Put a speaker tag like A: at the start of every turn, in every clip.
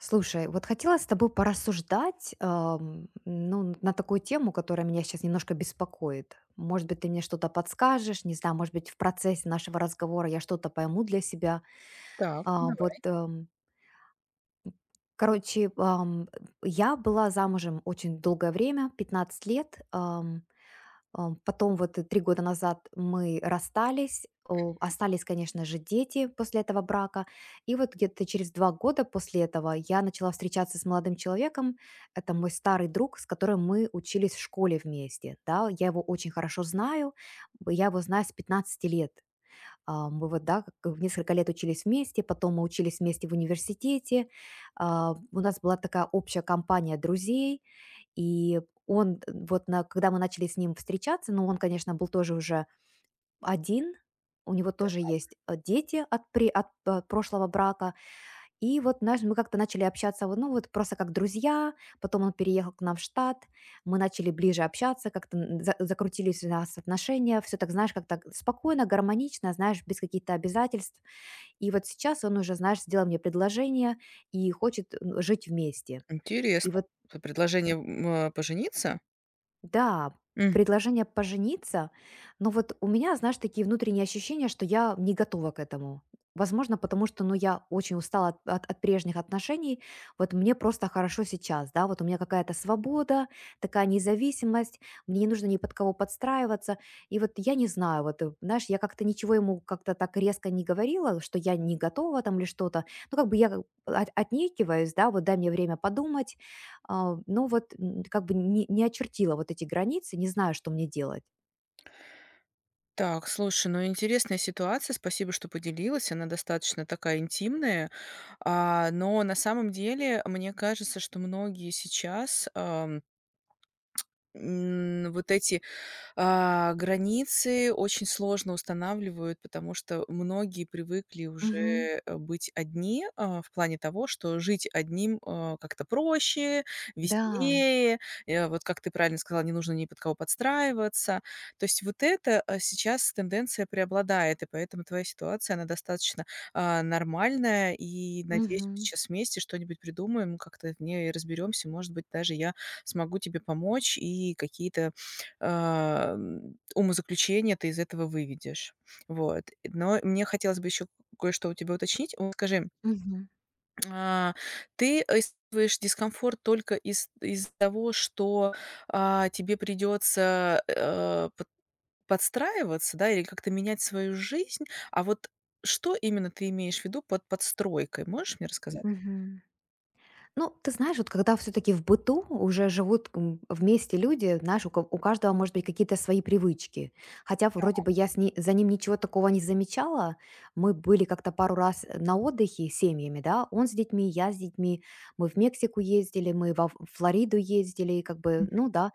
A: Слушай, вот хотела с тобой порассуждать, ну, на такую тему, которая меня сейчас немножко беспокоит. Может быть, ты мне что-то подскажешь, не знаю, может быть, в процессе нашего разговора я что-то пойму для себя.
B: Так, ну
A: А, вот,
B: давай.
A: короче, я была замужем очень долгое время, 15 лет. Потом вот, 3 года назад мы расстались. Остались, конечно же, дети после этого брака. И вот где-то через 2 года после этого я начала встречаться с молодым человеком. Это мой старый друг, с которым мы учились в школе вместе, да. Я его очень хорошо знаю. Б Я его знаю с 15 лет. Мы вот, да, как в несколько лет учились вместе, потом мы учились вместе в университете. У нас была такая общая компания друзей. И он, т вот на когда мы начали с ним встречаться, ну, он, конечно, был тоже уже один, у него тоже есть, дети от пре от п прошлого брака. И вот знаешь, мы как-то начали общаться, вот, ну, вот просто как друзья. Потом он переехал к нам в штат, мы начали ближе общаться, как-то, н за закрутились у нас отношения. Все так, знаешь, как-то спокойно, гармонично, знаешь, без каких-то обязательств. И вот сейчас он уже, знаешь, сделал мне предложение и хочет, н жить вместе. И
B: Интересно.
A: вот.
B: П предложение, пожениться?
A: Да,
B: М.
A: предложение пожениться, но вот у меня, знаешь, такие внутренние ощущения, что я не готова к этому. Возможно, потому что, ну, я очень устала от прежних отношений, вот мне просто хорошо сейчас, да, вот у меня какая-то свобода, такая независимость, мне не нужно ни под кого подстраиваться, и вот я не знаю, вот, знаешь, я как-то ничего ему как-то так резко не говорила, что я не готова там или что-то, ну, как бы я как бы отнекиваюсь, да, вот дай мне время подумать, ну вот, как бы не очертила вот эти границы, не знаю, что мне делать.
B: Так, слушай, ну интересная ситуация. Спасибо, что поделилась. Она достаточно такая интимная. Но на самом деле, мне кажется, что многие сейчас, вот эти границы очень сложно устанавливают, потому что многие привыкли
A: Мгм.
B: уже быть одни, в плане того, что жить одним как-то проще,
A: Да.
B: веселее. Вот как ты правильно сказала, не нужно ни под кого подстраиваться. То есть вот это сейчас тенденция преобладает, и поэтому твоя ситуация, она достаточно нормальная, и надеюсь, мы
A: Мгм.
B: сейчас вместе что-нибудь придумаем, как-то в ней разберемся, может быть, даже я смогу тебе помочь, и какие-то умозаключение ты из этого выведешь. Вот. Но мне хотелось бы еще кое-что у тебя уточнить. Вот скажи,
A: Мгм.
B: а, ты испытываешь дискомфорт только из того, что, тебе придется, подстраиваться, да, или как-то менять свою жизнь? А вот что именно ты имеешь в виду под подстройкой? Можешь мне рассказать?
A: Мгм. Ну, ты знаешь, вот когда все-таки в быту уже живут вместе люди, знаешь, у каждого, может быть, какие-то свои привычки. Хотя вроде бы я за ним ничего такого не замечала. Мы были как-то пару раз на отдыхе с семьями, да, он с детьми, я с детьми. Мы в Мексику ездили, мы во Флориду ездили, и как бы,
B: М.
A: ну да,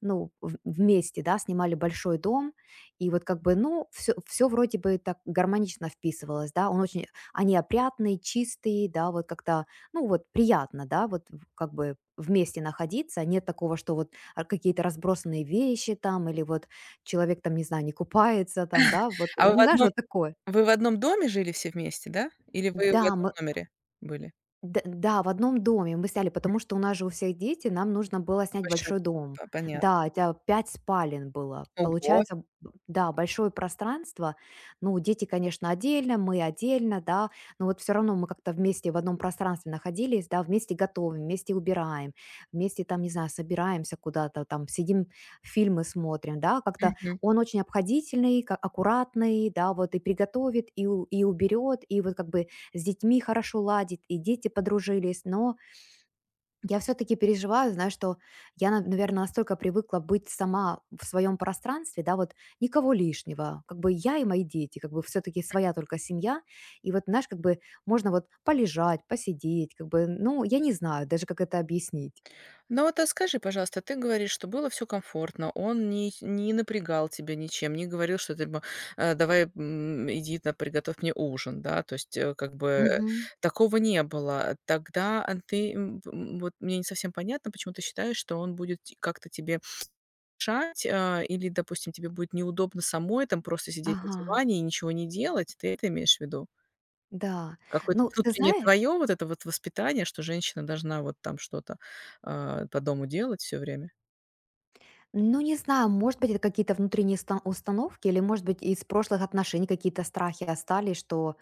A: ну, в вместе, да, снимали большой дом, и вот как бы, ну, все вроде бы так гармонично вписывалось, да. Он очень Они опрятные, чистые, да, вот как-то, ну, вот приятно, да, вот в как бы вместе находиться. Нет такого, что вот, какие-то разбросанные вещи там или вот человек там, не знаю, не купается там, да, вот,
B: А вы
A: ну,
B: в
A: знаешь,
B: одном
A: вот такое.
B: доме жили все вместе, да? Или вы в
A: Да,
B: одном
A: мы
B: номере были?
A: да, в одном доме мы сняли, потому что у нас же у всех дети, нам нужно было снять
B: Большой.
A: большой дом.
B: Понятно.
A: Да, у тебя 5 спален было.
B: Ого,
A: Получается, б да, большое пространство. Ну, дети, конечно, отдельно, мы отдельно, да, но вот все равно мы как-то вместе в одном пространстве находились, да, вместе готовим, вместе убираем, вместе там, не знаю, собираемся куда-то, там сидим, фильмы смотрим, да. Как-то
B: мгм.
A: он очень обходительный, ка аккуратный, да, вот и приготовит, и у и уберет, и вот как бы с детьми хорошо ладит, и дети подружились. Но я все-таки переживаю, знаю, что я, наверное, настолько привыкла быть сама в своем пространстве, да, вот никого лишнего. Как бы я и мои дети, как бы все-таки своя только семья. И вот, знаешь, как бы можно вот полежать, посидеть, как бы, ну, я не знаю даже, как это объяснить.
B: Ну вот, а скажи, пожалуйста, ты говоришь, что было все комфортно, он не напрягал тебя ничем, не говорил, что ты бы, давай, иди на приготовь мне ужин, да, то есть, как бы
A: Мгм.
B: такого не было. Тогда, ты, вот мне не совсем понятно, почему ты считаешь, что он будет те как-то тебе мешать, или, допустим, тебе будет неудобно самой там просто сидеть на
A: Ага,
B: диване и ничего не делать. Ты это имеешь в виду?
A: да.
B: Какое-то
A: Ну, ты
B: внутреннее
A: знаешь,
B: твое вот это вот воспитание, что женщина должна вот там что-то, по дому делать все время.
A: ну, не знаю, может быть, это какие-то внутренние установки, или, может быть, из прошлых отношений какие-то страхи остались, что,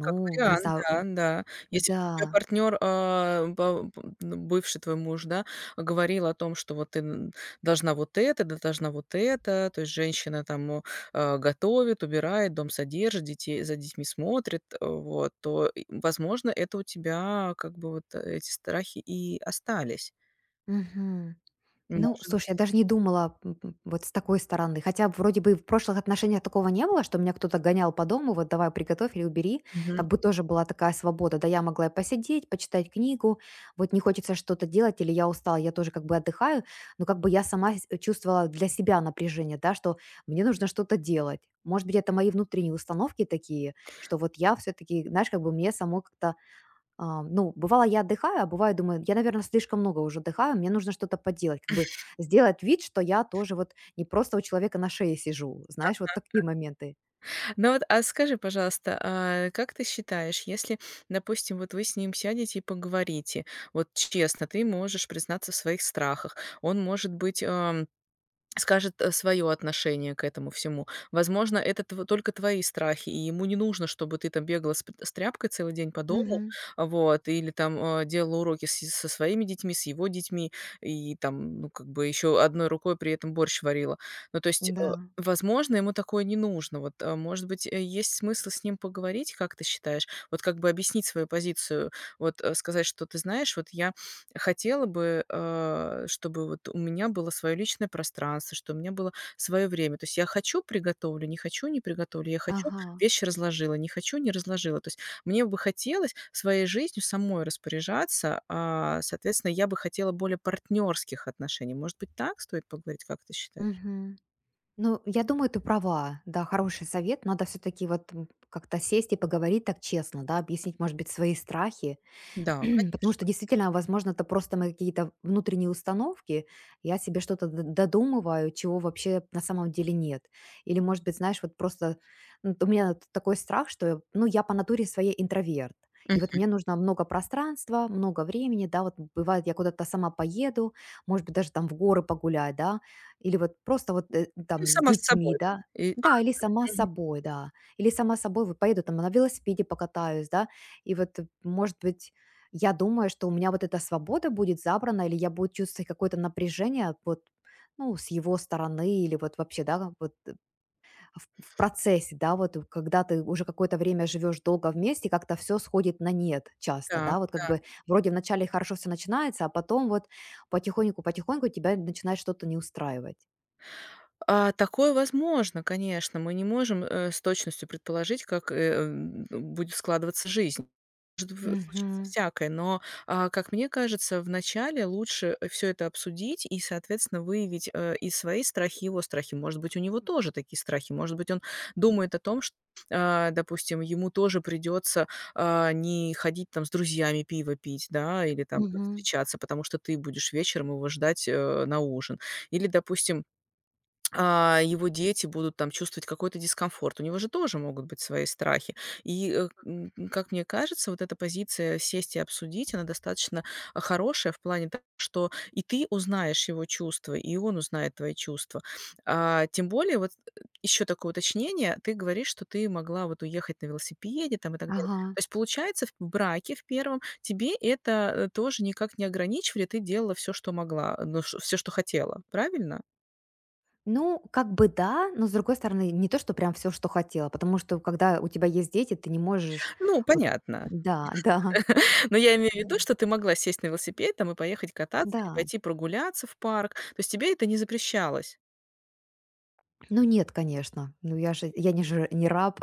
B: Как
A: не
B: вариант,
A: знаю.
B: да, да. Если у тебя
A: Да,
B: партнер, бывший твой муж, да, говорил о том, что вот ты, н должна вот это, да, должна вот это, то есть женщина там, готовит, убирает, дом содержит, детей за детьми смотрит, вот, возможно, это у тебя как бы вот эти страхи и остались.
A: мгм. Ну,
B: Может
A: слушай, я
B: быть.
A: даже не думала, вот с такой стороны. Хотя вроде бы в прошлых отношениях такого не было, что меня кто-то гонял по дому, вот давай приготовь или убери. Как бы тоже была такая свобода. Да, я могла и посидеть, почитать книгу, вот не хочется что-то делать, или я устала, я тоже как бы отдыхаю, но как бы я сама чувствовала для себя напряжение, да, что мне нужно что-то делать. Может быть, это мои внутренние установки такие, что вот я все-таки, знаешь, как бы мне само как-то. Ну, бывало, я отдыхаю, а бываю, думаю, я, наверное, слишком много уже отдыхаю, мне нужно что-то поделать, как бы сделать вид, что я тоже вот не просто у человека на шее сижу, знаешь, вот такие моменты.
B: Ну вот, а скажи, пожалуйста, а как ты считаешь, если, допустим, вот вы с ним сядете и поговорите, вот честно, ты можешь признаться в своих страхах, он, может быть, скажет своё отношение к этому всему. Возможно, это тв только твои страхи, и ему не нужно, чтобы ты там бегала с тряпкой целый день по дому,
A: Мгм.
B: вот, или там, делала уроки с со своими детьми, с его детьми, и там, ну, как бы еще одной рукой при этом борщ варила. Ну, то есть,
A: Да,
B: возможно, ему такое не нужно. Вот, может быть, есть смысл с ним поговорить, как ты считаешь? Вот как бы объяснить свою позицию, вот, сказать, что: "Ты знаешь, вот я хотела бы, чтобы вот у меня было свое личное пространство, что у меня было свое время. То есть я хочу- приготовлю, не хочу- не приготовлю, я хочу-
A: ага.
B: вещи разложила, не хочу- не разложила. То есть мне бы хотелось своей жизнью самой распоряжаться, соответственно, я бы хотела более партнерских отношений. Может быть, так стоит поговорить, как ты считаешь?"
A: Мгм. Ну, я думаю, ты права, да, хороший совет, надо все-таки вот как-то сесть и поговорить так честно, да, объяснить, может быть, свои страхи.
B: Да,
A: Потому что
B: конечно.
A: действительно, возможно, это просто мои какие-то внутренние установки. Я себе что-то додумываю, чего вообще на самом деле нет. Или, может быть, знаешь, вот просто ну, у меня такой страх, что ну, я по натуре своей интроверт. И вот
B: Мгм.
A: мне нужно много пространства, много времени, да, вот бывает, я куда-то сама поеду, может быть, даже там в горы погулять, да, или вот просто вот
B: Ну,
A: там с
B: сама с
A: детьми,
B: собой, да?
A: да,
B: И а,
A: да, или сама с
B: мгм.
A: собой, да, или сама собой вот поеду там на велосипеде покатаюсь, да, и вот, может быть, я думаю, что у меня вот эта свобода будет забрана, или я буду чувствовать какое-то напряжение вот, ну, с его стороны, или вот вообще, да, вот в процессе, да, вот когда ты уже какое-то время живешь долго вместе, как-то все сходит на нет часто, да, вот как бы вроде вначале хорошо все начинается, а потом вот потихоньку-потихоньку тебя начинает что-то не устраивать.
B: Такое возможно, конечно. Мы не можем, с точностью предположить, как, будет складываться жизнь. Может в случиться
A: Мгм.
B: всякое, но, как мне кажется, вначале лучше все это обсудить и, соответственно, выявить, и свои страхи, его страхи. Может быть, у него тоже такие страхи. Может быть, он думает о том, что, допустим, ему тоже придется, не ходить там с друзьями пиво пить, да, или там
A: Мгм.
B: встречаться, потому что ты будешь вечером его ждать, на ужин. Или, допустим, его дети будут там чувствовать какой-то дискомфорт. У него же тоже могут быть свои страхи. И, как мне кажется, вот эта позиция сесть и обсудить, она достаточно хорошая в плане того, что и ты узнаешь его чувства, и он узнает твои чувства. Тем более, вот еще такое уточнение, ты говоришь, что ты могла вот уехать на велосипеде там и так далее.
A: Ага.
B: То есть, получается, в браке в первом тебе это тоже никак не ограничивали, ты делала все, что могла, ну, все, что хотела, правильно?
A: Ну, как бы да, но с другой стороны, не то, что прям все, что хотела, потому что когда у тебя есть дети, ты не можешь
B: Ну,
A: вот.
B: понятно.
A: Да, да,
B: Но я имею в виду, что ты могла сесть на велосипед там и поехать кататься или
A: да.
B: пойти прогуляться в парк. То есть тебе это не запрещалось.
A: Ну нет, конечно, ну я же я не же не раб.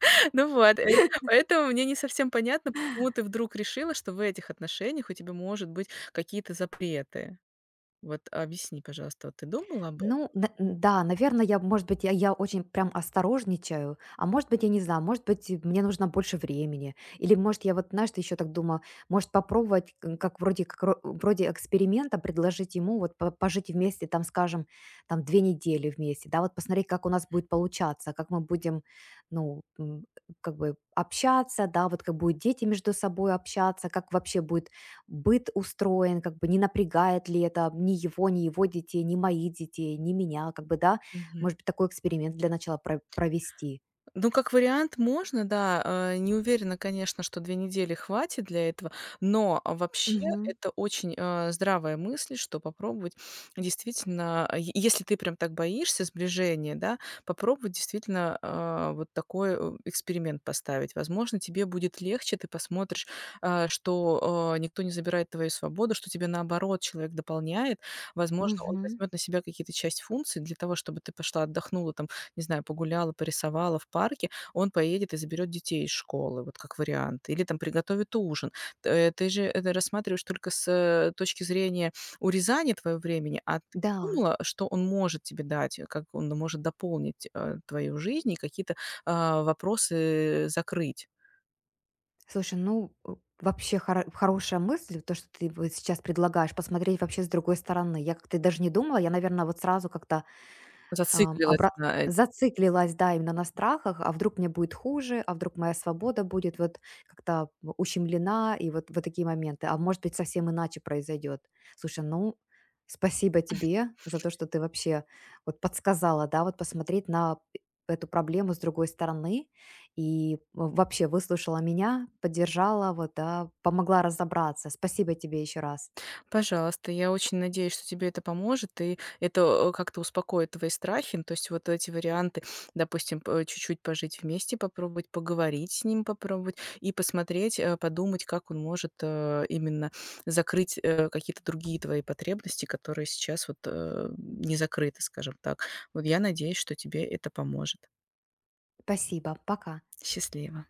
B: Ну вот, поэтому мне не совсем понятно, почему ты вдруг решила, что в этих отношениях у тебя может быть какие-то запреты. Вот объясни, пожалуйста, вот ты думала об
A: Ну, да, наверное, я, может быть, я очень прям осторожничаю, а может быть, я не знаю, может быть, и мне нужно больше времени, или, может, я вот, знаешь, ты еще так думаю, может, попробовать, как вроде, вроде эксперимента предложить ему вот пожить вместе, там, скажем, там, 2 недели вместе, да, вот посмотреть, как у нас будет получаться, как мы будем, ну, как бы общаться, да, вот как будут дети между собой общаться, как вообще будет быт устроен, как бы не напрягает ли это ни его, ни его детей, ни моих детей, ни меня, как бы, да.
B: этом?
A: Может быть, такой эксперимент для начала провести.
B: Ну, как вариант, можно, да. Не уверена, конечно, что 2 недели хватит для этого, но вообще
A: Мгм.
B: это очень, здравая мысль, что попробовать действительно, е если ты прям так боишься сближения, да, попробовать действительно, вот такой, эксперимент поставить. Возможно, тебе будет легче, ты посмотришь, что, никто не забирает твою свободу, что тебе, наоборот, человек дополняет. Возможно, он
A: Мгм.
B: возьмет на себя какие-то часть функций для того, чтобы ты пошла отдохнула там, не знаю, погуляла, порисовала в парке, он поедет и заберет детей из школы, вот как вариант. Или там приготовит ужин. Ты же это рассматриваешь только с, точки зрения урезания твоего времени, а ты
A: Да,
B: думала, что он может тебе дать, как он может дополнить, твою жизнь и какие-то, вопросы закрыть?
A: слушай, ну вообще хорошая мысль, то, что ты вот сейчас предлагаешь, посмотреть вообще с другой стороны. Я как-то даже не думала, я, наверное, вот сразу как-то.
B: Зациклилась
A: Обра
B: на
A: зациклилась, да, именно на страхах: "А вдруг мне будет хуже? А вдруг моя свобода будет вот как-то ущемлена?" И вот такие моменты. "А может быть, совсем иначе произойдет". Слушай, ну, спасибо тебе за то, что ты вообще вот подсказала, да, вот посмотреть на эту проблему с другой стороны и вообще выслушала меня, поддержала, вот, да, помогла разобраться. Спасибо тебе еще раз.
B: Пожалуйста, я очень надеюсь, что тебе это поможет, и это, как-то успокоит твои страхи. Ну, то есть вот эти варианты, допустим, п чуть-чуть пожить вместе, попробовать поговорить с ним, попробовать и посмотреть, подумать, как он может, именно закрыть, какие-то другие твои потребности, которые сейчас вот, не закрыты, скажем так. Вот я надеюсь, что тебе это поможет.
A: Спасибо, пока.
B: Счастливо.